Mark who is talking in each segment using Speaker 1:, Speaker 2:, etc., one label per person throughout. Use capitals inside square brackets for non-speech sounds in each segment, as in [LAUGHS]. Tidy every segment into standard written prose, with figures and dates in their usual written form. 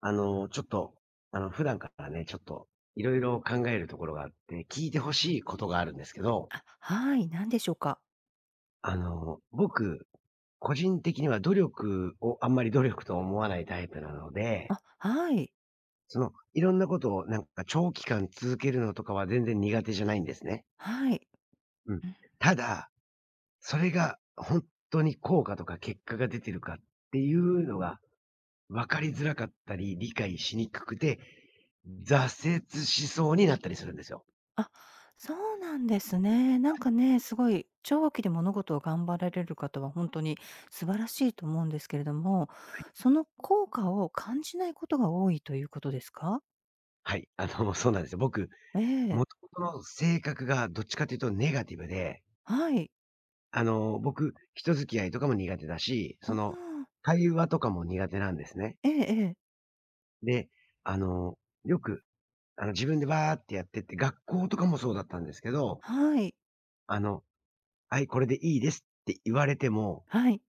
Speaker 1: ちょっと、普段からね、ちょっと、いろいろ考えるところがあって、聞いてほしいことがあるんですけど、
Speaker 2: あ、はい、何でしょうか？
Speaker 1: 僕、個人的には努力をあんまり努力と思わないタイプなので、
Speaker 2: あ、はい、
Speaker 1: いろんなことをなんか長期間続けるのとかは全然苦手じゃないんですね。
Speaker 2: はい。
Speaker 1: うん。
Speaker 2: うん。
Speaker 1: ただ、それが本当に効果とか結果が出てるかっていうのが分かりづらかったり、理解しにくくて、挫折しそうになったりするんですよ。
Speaker 2: あ、そうなんですね。なんかね、すごい長期で物事を頑張られる方は本当に素晴らしいと思うんですけれども、
Speaker 1: はい。
Speaker 2: その効果を感じないことが多いということですか？
Speaker 1: はい、そうなんですよ。僕、
Speaker 2: ええ、
Speaker 1: もともとの性格がどっちかというとネガティブで、
Speaker 2: はい。
Speaker 1: 僕、人付き合いとかも苦手だし、
Speaker 2: ああ、
Speaker 1: 会話とかも苦手なんですね。
Speaker 2: ええええ。
Speaker 1: で、あの、よく、自分でバーってやってって、学校とかもそうだったんですけど、
Speaker 2: はい、
Speaker 1: あの、はい、これでいいですって言われても、
Speaker 2: はい。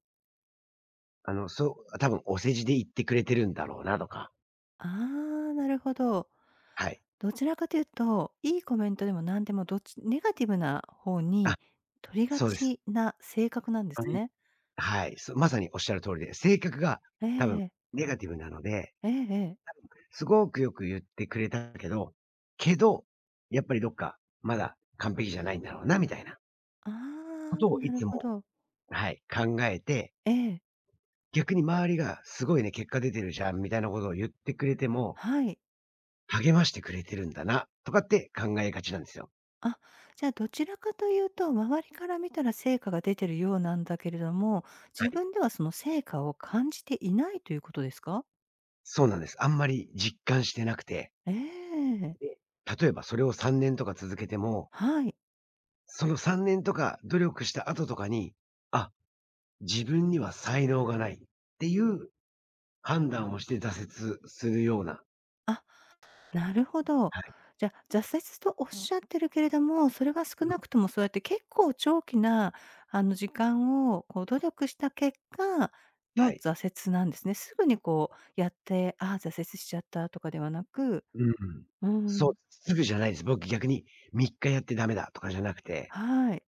Speaker 1: そう、多分お世辞で言ってくれてるんだろうなとか、
Speaker 2: ああ、なるほど。
Speaker 1: はい。
Speaker 2: どちらかというと、いいコメントでも何でもどっちネガティブな方
Speaker 1: あ、
Speaker 2: に取りが
Speaker 1: そうです。
Speaker 2: ちな性格なんで
Speaker 1: は
Speaker 2: す
Speaker 1: い、
Speaker 2: ね。
Speaker 1: はい、まさにおっしゃる通りで、性格が
Speaker 2: え
Speaker 1: 多分
Speaker 2: え、
Speaker 1: ネガティブなので
Speaker 2: ええええ。
Speaker 1: すごくよく言ってくれたけど、やっぱりどっか、まだ完璧じゃないんだろうなみたいな
Speaker 2: ああ、
Speaker 1: ことをい
Speaker 2: なる
Speaker 1: つ
Speaker 2: ほ
Speaker 1: も
Speaker 2: ど。
Speaker 1: はい、考えて、
Speaker 2: ええ、
Speaker 1: 逆に周りがすごいね、結果出てるじゃんみたいなことを言ってくれても、
Speaker 2: はい。
Speaker 1: 励ましてくれてるんだなとかって考えがちなんですよ。
Speaker 2: あ、じゃあどちらかというと、周りから見たら成果が出てるようなんだけれども、
Speaker 1: は
Speaker 2: 自
Speaker 1: い。
Speaker 2: 分ではその成果を感じていないということですか？
Speaker 1: そうなんです。あんまり実感してなくて、
Speaker 2: ええ、
Speaker 1: で、例えばそれを3年とか続けても、
Speaker 2: はい。
Speaker 1: その3年とか努力した後とかに、あ、自分には才能がないっていう判断をして挫折するような、
Speaker 2: あ、なるほど。
Speaker 1: はい。
Speaker 2: じゃあ、挫折とおっしゃってるけれども、それは少
Speaker 1: うん、
Speaker 2: なくともそうやって結構長期な、あの、時間をこう努力した結果
Speaker 1: は
Speaker 2: の
Speaker 1: い。
Speaker 2: 挫折なんですね。すぐにこうやって、ああ、挫折しちゃったとかではなく。
Speaker 1: うん。
Speaker 2: う
Speaker 1: そう、
Speaker 2: ん。
Speaker 1: すぐじゃないです。僕逆に3日やってダメだとかじゃなくて、
Speaker 2: はい。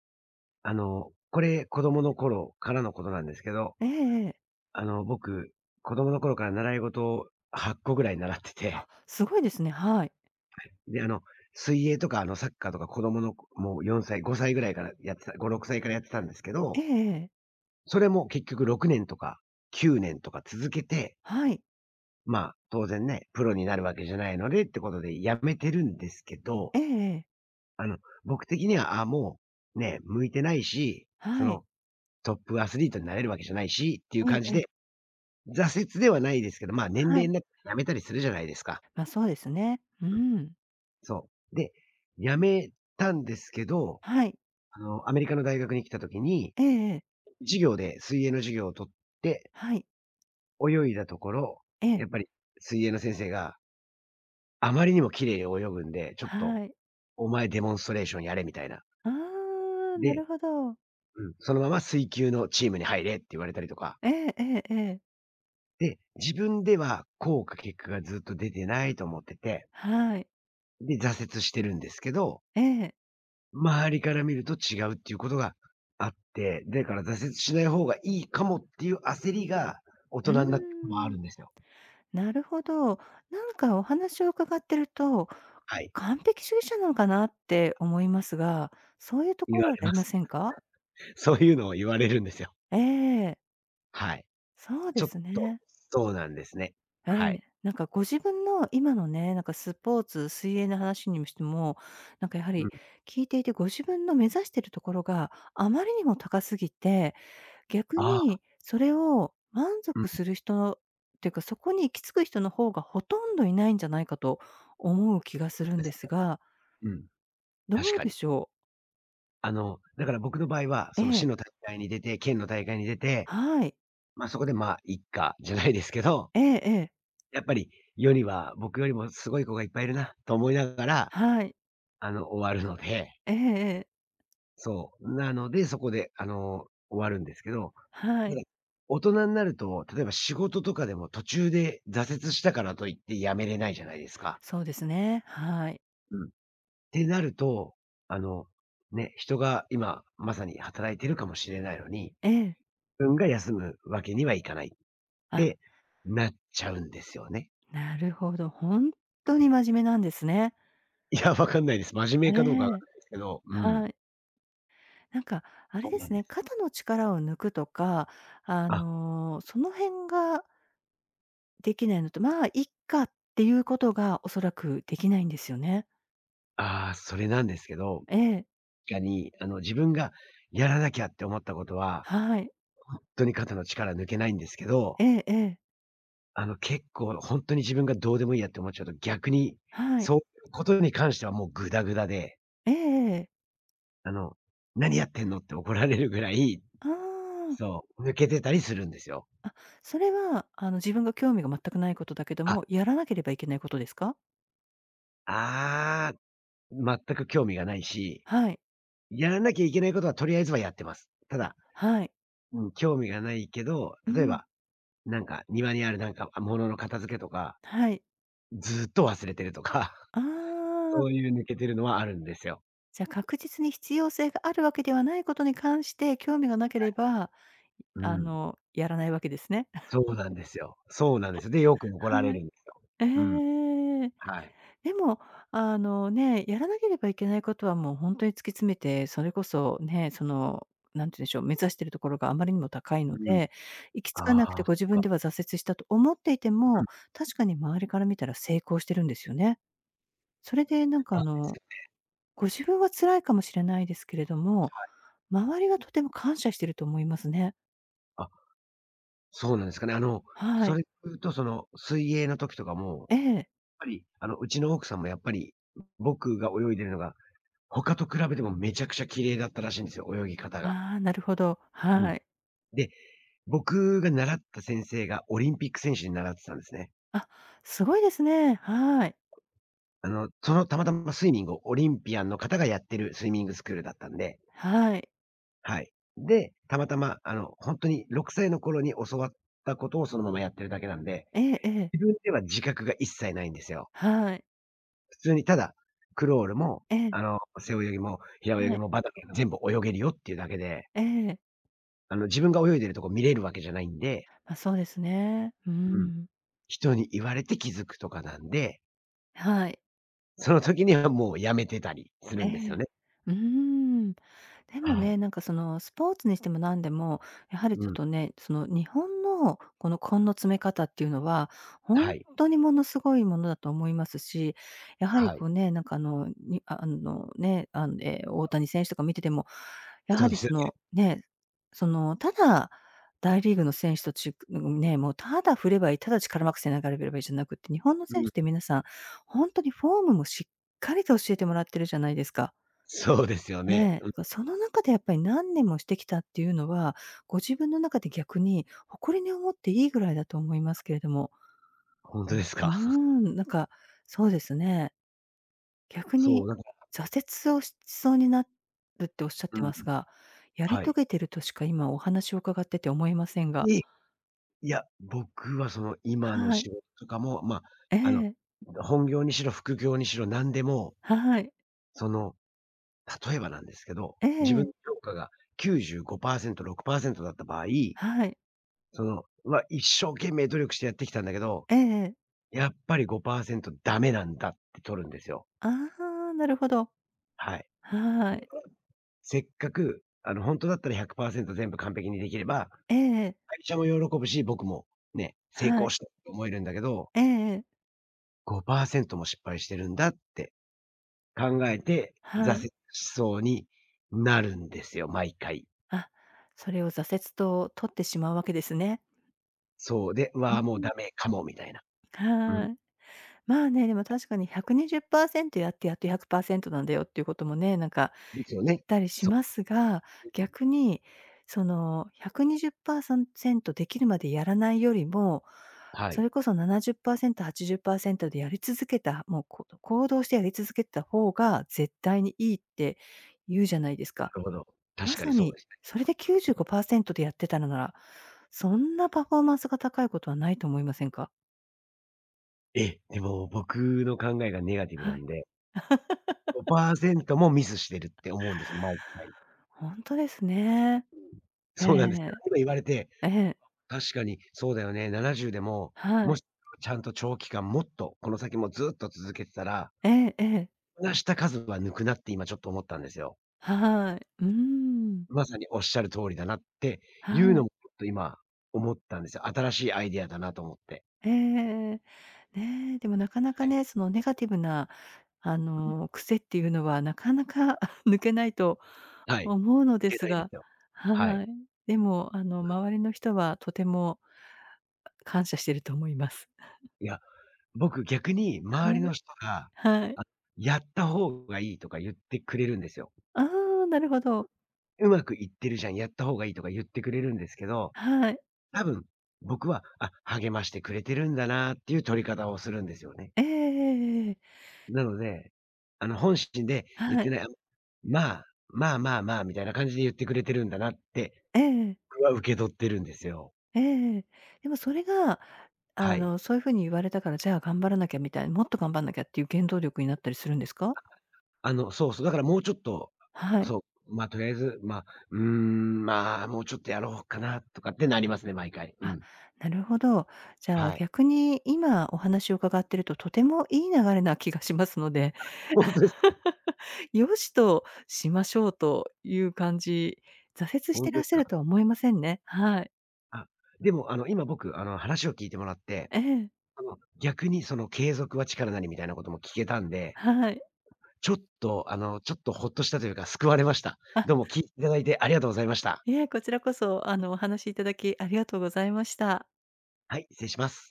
Speaker 1: これ子供の頃からのことなんですけど、
Speaker 2: ええええ。
Speaker 1: 僕、子供の頃から習い事を8個ぐらい習って
Speaker 2: あ、
Speaker 1: て、
Speaker 2: すごいですね。はい。
Speaker 1: で、水泳とかサッカーとか子供のもう4歳、5歳ぐらいからやってた、5、6歳からやってたんですけ
Speaker 2: ええ
Speaker 1: ど、
Speaker 2: ええ。
Speaker 1: それも結局6年とか9年とか続けて
Speaker 2: はい。
Speaker 1: まあ、当然ね、プロになるわけじゃないのでってことでやめてるんですけど、
Speaker 2: ええええ。
Speaker 1: あの、僕的には、あ、もう、ね、向いてないし、そ
Speaker 2: はい。
Speaker 1: の、トップアスリートになれるわけじゃないしっていう
Speaker 2: え
Speaker 1: 感じ
Speaker 2: ええ
Speaker 1: で、
Speaker 2: え。
Speaker 1: 挫折ではないですけど、まあ、年
Speaker 2: は
Speaker 1: 齢
Speaker 2: い。
Speaker 1: になって辞めたりするじゃないですか。
Speaker 2: ま、そうですね。う
Speaker 1: うん、
Speaker 2: ん。
Speaker 1: そう。で、辞めたんですけど、
Speaker 2: はい。
Speaker 1: アメリカの大学に来た時に、
Speaker 2: ええええ。
Speaker 1: 授業で水泳の授業を取って
Speaker 2: はい。
Speaker 1: 泳いだところ、
Speaker 2: え
Speaker 1: や
Speaker 2: え。
Speaker 1: っぱり水泳の先生があまりにも綺麗に泳ぐんで、ちょっと
Speaker 2: はい。
Speaker 1: お前デモンストレーションやれみたいな。
Speaker 2: ああ、な
Speaker 1: で、
Speaker 2: るほど。
Speaker 1: うん、そのまま水球のチームに入れって言われたりとか。
Speaker 2: ええええええ。
Speaker 1: で、自分では効果結果がずっと出てないと思ってて、
Speaker 2: はい。
Speaker 1: で、挫折してるんですけど、
Speaker 2: ええ。
Speaker 1: 周りから見ると違うっていうことがあって、だから挫折しない方がいいかもっていう焦りが、大
Speaker 2: うー
Speaker 1: 人になってもあ
Speaker 2: ん、
Speaker 1: るんですよ。
Speaker 2: なるほど。なんかお話を伺ってると、
Speaker 1: はい。
Speaker 2: 完璧主義者なのかなって思いますが、そういうと
Speaker 1: 言
Speaker 2: ころ
Speaker 1: わ
Speaker 2: は
Speaker 1: れ
Speaker 2: あ
Speaker 1: ま
Speaker 2: りま
Speaker 1: す。
Speaker 2: せんか？
Speaker 1: そういうのを言われるんですよ。
Speaker 2: ええ、
Speaker 1: はい。
Speaker 2: そう
Speaker 1: ち
Speaker 2: で
Speaker 1: ょっ
Speaker 2: す
Speaker 1: と、
Speaker 2: ね。
Speaker 1: そうなんですね。
Speaker 2: え
Speaker 1: は
Speaker 2: え、
Speaker 1: い。
Speaker 2: なんかご自分の今のね、なんかスポーツ、水泳の話にしても、なんかやは
Speaker 1: うん。
Speaker 2: り聞いていてご自分の目指してるところがあまりにも高すぎて逆
Speaker 1: ああ、
Speaker 2: に、それを満
Speaker 1: うん、
Speaker 2: 足する人っていうか、そこに行き着く人の方がほとんどいないんじゃないかと思う気が
Speaker 1: そ
Speaker 2: す
Speaker 1: う
Speaker 2: るん
Speaker 1: です
Speaker 2: です
Speaker 1: ね。
Speaker 2: が、
Speaker 1: うん、
Speaker 2: ど
Speaker 1: 確
Speaker 2: う
Speaker 1: か
Speaker 2: で
Speaker 1: に。
Speaker 2: しょう？
Speaker 1: だから僕の場合は、
Speaker 2: え
Speaker 1: その
Speaker 2: え、
Speaker 1: 市の大会に出て、県の大会に出て、
Speaker 2: はい。
Speaker 1: ま、そこで、まあ、いっか、じゃないですけど、
Speaker 2: ええええ、
Speaker 1: やっぱり世には僕よりもすごい子がいっぱいいるなと思いながら、
Speaker 2: はい。
Speaker 1: 終わるので、
Speaker 2: ええええ、
Speaker 1: そう。なので、そこで、終わるんですけど、
Speaker 2: は
Speaker 1: た
Speaker 2: い。
Speaker 1: だ、大人になると、例えば仕事とかでも途中で挫折したからといって辞めれないじゃないですか。
Speaker 2: そうですね、はい。
Speaker 1: うん。ってなると、あの、ね、人が今まさに働いてるかもしれないのに、
Speaker 2: ええ。
Speaker 1: 自分が休むわけにはいかない
Speaker 2: あ、
Speaker 1: て、なっちゃうんですよね。
Speaker 2: なるほど、本当に真面目なんですね。
Speaker 1: いや、わかんないです。真面
Speaker 2: え
Speaker 1: 目かどうかわかん
Speaker 2: え、
Speaker 1: ないですけど、うん。
Speaker 2: はい。なんかあれ
Speaker 1: そう
Speaker 2: で
Speaker 1: なん
Speaker 2: す
Speaker 1: で
Speaker 2: ね、
Speaker 1: す。
Speaker 2: 肩の力を抜くとか、あ
Speaker 1: あ、
Speaker 2: の、その辺ができないのと、まあ、いっかっていうことがおそらくできないんですよね。
Speaker 1: ああ、それなんですけど、
Speaker 2: ええ、
Speaker 1: 確かに、自分がやらなきゃって思ったことは、
Speaker 2: はい。
Speaker 1: ほんとに肩の力抜けないんですけど、
Speaker 2: ええええ、
Speaker 1: 結構ほんとに自分がどうでもいいやって思っちゃうと、逆に、
Speaker 2: はい。
Speaker 1: そういうことに関してはもうグダグダで、
Speaker 2: ええええ。
Speaker 1: あの、「何やってんの？」って怒られるぐらい、
Speaker 2: ああ。
Speaker 1: そう、抜けてたりするんですよ。
Speaker 2: あ、それは、あの、自分が興味が全くないことだけど
Speaker 1: あ、
Speaker 2: も、やらなければいけないことですか？
Speaker 1: ああ、全く興味がないし
Speaker 2: はい。
Speaker 1: やらなきゃいけないことはとりあえずはやってます。た
Speaker 2: あ、
Speaker 1: だ、
Speaker 2: はい。
Speaker 1: うん、興味がないけど、
Speaker 2: う
Speaker 1: 例え
Speaker 2: ん、
Speaker 1: ば、なんか庭にあるなんか、物の片付けとか、
Speaker 2: はい。
Speaker 1: ずっと忘れてるとか、
Speaker 2: あ
Speaker 1: [LAUGHS]
Speaker 2: あ、
Speaker 1: そういう抜けてるのはあるんですよ。
Speaker 2: じゃあ、確実に必要性があるわけではないことに関して興味がなければ、
Speaker 1: う
Speaker 2: あ
Speaker 1: ん。
Speaker 2: の、やらないわけですね。[LAUGHS]
Speaker 1: そうなんですよ。そうなんですよ。で、よく怒られ
Speaker 2: は
Speaker 1: る
Speaker 2: い。
Speaker 1: んですよ。うん。
Speaker 2: ええ。
Speaker 1: はい。
Speaker 2: でも、あのね、やらなければいけないことはもう本当に突き詰めて、それこそね、その、なんて言うんでしょう、目指しているところがあまりにも高いの
Speaker 1: うん。
Speaker 2: で、行き着か
Speaker 1: あ
Speaker 2: なく
Speaker 1: あ、そ
Speaker 2: て
Speaker 1: っ
Speaker 2: ご自
Speaker 1: か。
Speaker 2: 分では挫折したと思っていて
Speaker 1: う
Speaker 2: も、
Speaker 1: ん。
Speaker 2: 確かに周りから見たら成功してるんですよね。それでなんかあ
Speaker 1: なんです
Speaker 2: の、
Speaker 1: よ。
Speaker 2: ご自分は辛いかもしれないですけれども、周りはとても感謝してると思いますね。
Speaker 1: あ、そうなんですかね。
Speaker 2: は
Speaker 1: そ
Speaker 2: い。
Speaker 1: れで言うと水泳の時とかも、やっ
Speaker 2: ええ。
Speaker 1: ぱり、うちの奥さんもやっぱり、僕が泳いでるのが他と比べてもめちゃくちゃ綺麗だったらしいんですよ、泳ぎ方が。
Speaker 2: ああ、なるほど。
Speaker 1: うん。
Speaker 2: はい。
Speaker 1: で、僕が習った先生がオリンピック選手に習ってたんですね。
Speaker 2: あ、すごいですね。はい。
Speaker 1: たまたまスイミングをオリンピアンの方がやってるスイミングスクールだったんで、
Speaker 2: はい。
Speaker 1: はい。で、たまたま、ほんとに6歳の頃に教わったことをそのままやってるだけなんで、
Speaker 2: ええええ。
Speaker 1: 自分では自覚が一切ないんですよ。
Speaker 2: はい。
Speaker 1: 普通にただ、クロールも、
Speaker 2: ええ。
Speaker 1: 背泳ぎも平泳
Speaker 2: は
Speaker 1: ぎ
Speaker 2: い。
Speaker 1: もバタフライも全部泳げるよっていうだけで、
Speaker 2: ええ。
Speaker 1: 自分が泳いでるとこ見れるわけじゃないんで、
Speaker 2: まあ、そうですね。う
Speaker 1: うん。
Speaker 2: ん。
Speaker 1: 人に言われて気づくとかなんで、
Speaker 2: はい。
Speaker 1: その時にはもうやめてたりする
Speaker 2: え
Speaker 1: んですよ
Speaker 2: え。
Speaker 1: ね。
Speaker 2: うーん。でも
Speaker 1: はい。
Speaker 2: ね、なんかそのスポーツにしても何でも、やはり
Speaker 1: う
Speaker 2: ちょっ
Speaker 1: ん。
Speaker 2: とね、その日本のこの根の詰め方っていうのは、ほ
Speaker 1: は
Speaker 2: ん
Speaker 1: い。
Speaker 2: とにものすごいものだと思いますし、やはり
Speaker 1: はい。
Speaker 2: こうね、なんかあの、にああのね、あん、ええ、大谷選手とか見てても、や
Speaker 1: そう
Speaker 2: は
Speaker 1: で
Speaker 2: り
Speaker 1: すよ
Speaker 2: その、
Speaker 1: ね。
Speaker 2: ね、その、ただ大リーグの選手とちくんね、もうただ振ればいい、ただ力まくせながれればいいじゃなくって、日本の
Speaker 1: う
Speaker 2: 選
Speaker 1: ん。
Speaker 2: 手って皆さん、ほんとにフォームもしかりと教えてもらってるじゃないですか。
Speaker 1: そうですよね。
Speaker 2: ね
Speaker 1: うん。
Speaker 2: え、その中でやっぱり何年もしてきたっていうのは、ご自分の中で逆に誇りに思っていいぐらいだと思いますけれども。
Speaker 1: ほんとです
Speaker 2: う
Speaker 1: か。
Speaker 2: ん、うーん、なんか、そうですね。逆
Speaker 1: そう、
Speaker 2: に
Speaker 1: なんか
Speaker 2: 挫折をしそうになるっておっしゃっ
Speaker 1: う
Speaker 2: て
Speaker 1: ん。
Speaker 2: ますが、やり
Speaker 1: は
Speaker 2: 遂
Speaker 1: い。
Speaker 2: げてるとしか今お話を伺ってて思いませんが。
Speaker 1: で、いや、僕はその今の
Speaker 2: はい。
Speaker 1: 仕事とかも、ま、
Speaker 2: え
Speaker 1: あの、
Speaker 2: え、
Speaker 1: 本業にしろ副業にしろ何でも、
Speaker 2: はい。
Speaker 1: その、例えばなんですけど、
Speaker 2: え
Speaker 1: 自分
Speaker 2: え、
Speaker 1: の評価が95%、6%だった場合、
Speaker 2: はい。
Speaker 1: 一生懸命努力してやってきたんだけど
Speaker 2: ええ。
Speaker 1: やっぱり5%ダメなんだって取るんですよ。
Speaker 2: ああ、なるほど。
Speaker 1: はい。
Speaker 2: はい。
Speaker 1: せっかく、本当だったら100%全部完璧にできれば、
Speaker 2: ええ、
Speaker 1: 会社も喜ぶし、僕もね、成
Speaker 2: は
Speaker 1: 功
Speaker 2: い。
Speaker 1: したって思えるんだけど、
Speaker 2: ええええ。
Speaker 1: 5%も失敗してるんだって考えて、挫
Speaker 2: は
Speaker 1: 折
Speaker 2: い。
Speaker 1: しそうになるんですよ、毎回。
Speaker 2: あ、それを挫折と取ってしまうわけですね。
Speaker 1: そう、で、う
Speaker 2: う
Speaker 1: わあ、もう
Speaker 2: ん。
Speaker 1: ダメかもみたいな。うん。
Speaker 2: はい。まあね、でも確かに120%やってやっと100%なんだよっていうこともね、なんか
Speaker 1: ですよ
Speaker 2: 言っ
Speaker 1: ね。
Speaker 2: たりし
Speaker 1: そ
Speaker 2: ますが、逆にその120%できるまでやらないよりも、
Speaker 1: う、はい、
Speaker 2: そ
Speaker 1: な
Speaker 2: れこそ70%、80%でやり続けた、もう、行動してやり続けた方が絶対にいいって言うじゃないですか。
Speaker 1: るほど。確
Speaker 2: ま
Speaker 1: かに
Speaker 2: さ
Speaker 1: そう
Speaker 2: に、
Speaker 1: ですね。
Speaker 2: それで95%でやってたのなら、そんなパフォーマンスが高いことはないと思いませんか？
Speaker 1: え、でも僕の考えがネガティブな
Speaker 2: は
Speaker 1: ん
Speaker 2: い。
Speaker 1: で
Speaker 2: [LAUGHS]
Speaker 1: 5%もミスしてるって思うんですよ、毎回。
Speaker 2: ほんとですね。え
Speaker 1: そうなんです。
Speaker 2: え。
Speaker 1: 今言われて、
Speaker 2: ええ。
Speaker 1: 確かにそうだよね、70でも、
Speaker 2: は
Speaker 1: も
Speaker 2: い。
Speaker 1: しちゃんと長期間もっと、この先もずっと続けてたら、
Speaker 2: ええええ。
Speaker 1: なした数は抜くなって今ちょっと思ったんですよ。
Speaker 2: はい。うーん。
Speaker 1: まさにおっしゃる通りだなって
Speaker 2: は
Speaker 1: いうの
Speaker 2: い。
Speaker 1: もちょっと今思ったんですよ。新しいアイデアだなと思って。
Speaker 2: ええええはいうーんはいええねえでもなかな
Speaker 1: は
Speaker 2: か
Speaker 1: い。
Speaker 2: ね、そのネガティブな、あ
Speaker 1: うん。
Speaker 2: の、癖っていうのはなかなか [LAUGHS] 抜けないと
Speaker 1: はい。い
Speaker 2: 思うので
Speaker 1: け
Speaker 2: す
Speaker 1: ないんで
Speaker 2: が、
Speaker 1: すよ。はい。
Speaker 2: はい。でも、あの、周りの人はとても感謝してると思います。
Speaker 1: いや、僕逆に周
Speaker 2: は
Speaker 1: りの
Speaker 2: い。
Speaker 1: 人が、
Speaker 2: はい。
Speaker 1: あ、やった方がいいとか言ってくれるんですよ。
Speaker 2: ああ、なるほど。
Speaker 1: うまくいってるじゃん、やった方がいいとか言ってくれるんですけど、
Speaker 2: はい。
Speaker 1: 多分、僕は、あ、励ましてくれてるんだなっていう取り方をするんですよね。
Speaker 2: ええええええ。
Speaker 1: なので、本心で言っ
Speaker 2: は
Speaker 1: て
Speaker 2: い。
Speaker 1: ない、まあ、まあまあまあみたいな感じで言ってくれてるんだなって、
Speaker 2: ええ。
Speaker 1: 僕は受け取ってるんですよ。
Speaker 2: ええ。でもそれが、あ
Speaker 1: はい。
Speaker 2: の、そういう風に言われたから、じゃあ頑張らなきゃみたいな、もっと頑張んなきゃっていう原動力になったりするんですか？
Speaker 1: そうそう、だからもうちょっと、
Speaker 2: はい。
Speaker 1: そう、まあとりあえず、まあ、まあ、もうちょっとやろうかなとかってなりますね、毎回。う
Speaker 2: あ、
Speaker 1: ん。
Speaker 2: なるほど。じゃあ
Speaker 1: はい。
Speaker 2: 逆に今お話を伺ってると、とてもいい流れな気がしますので、
Speaker 1: 本当ですか？
Speaker 2: [LAUGHS] 良しとしましょうという感じ、挫折し
Speaker 1: 本
Speaker 2: て
Speaker 1: 当
Speaker 2: ら
Speaker 1: で
Speaker 2: っ
Speaker 1: す
Speaker 2: しゃる
Speaker 1: か？
Speaker 2: とは思いませんね。はい。
Speaker 1: あ、でも今僕、話を聞いてもらって
Speaker 2: ええ。
Speaker 1: 逆に継続は力なりみたいなことも聞けたんで、
Speaker 2: はい。
Speaker 1: ちょっとちょっとほっとしたというか救われました。どうも聞いていただいてありがとうございました。
Speaker 2: いえ、こちらこそ、あの、お話しいただきありがとうございました。
Speaker 1: はい、失礼します。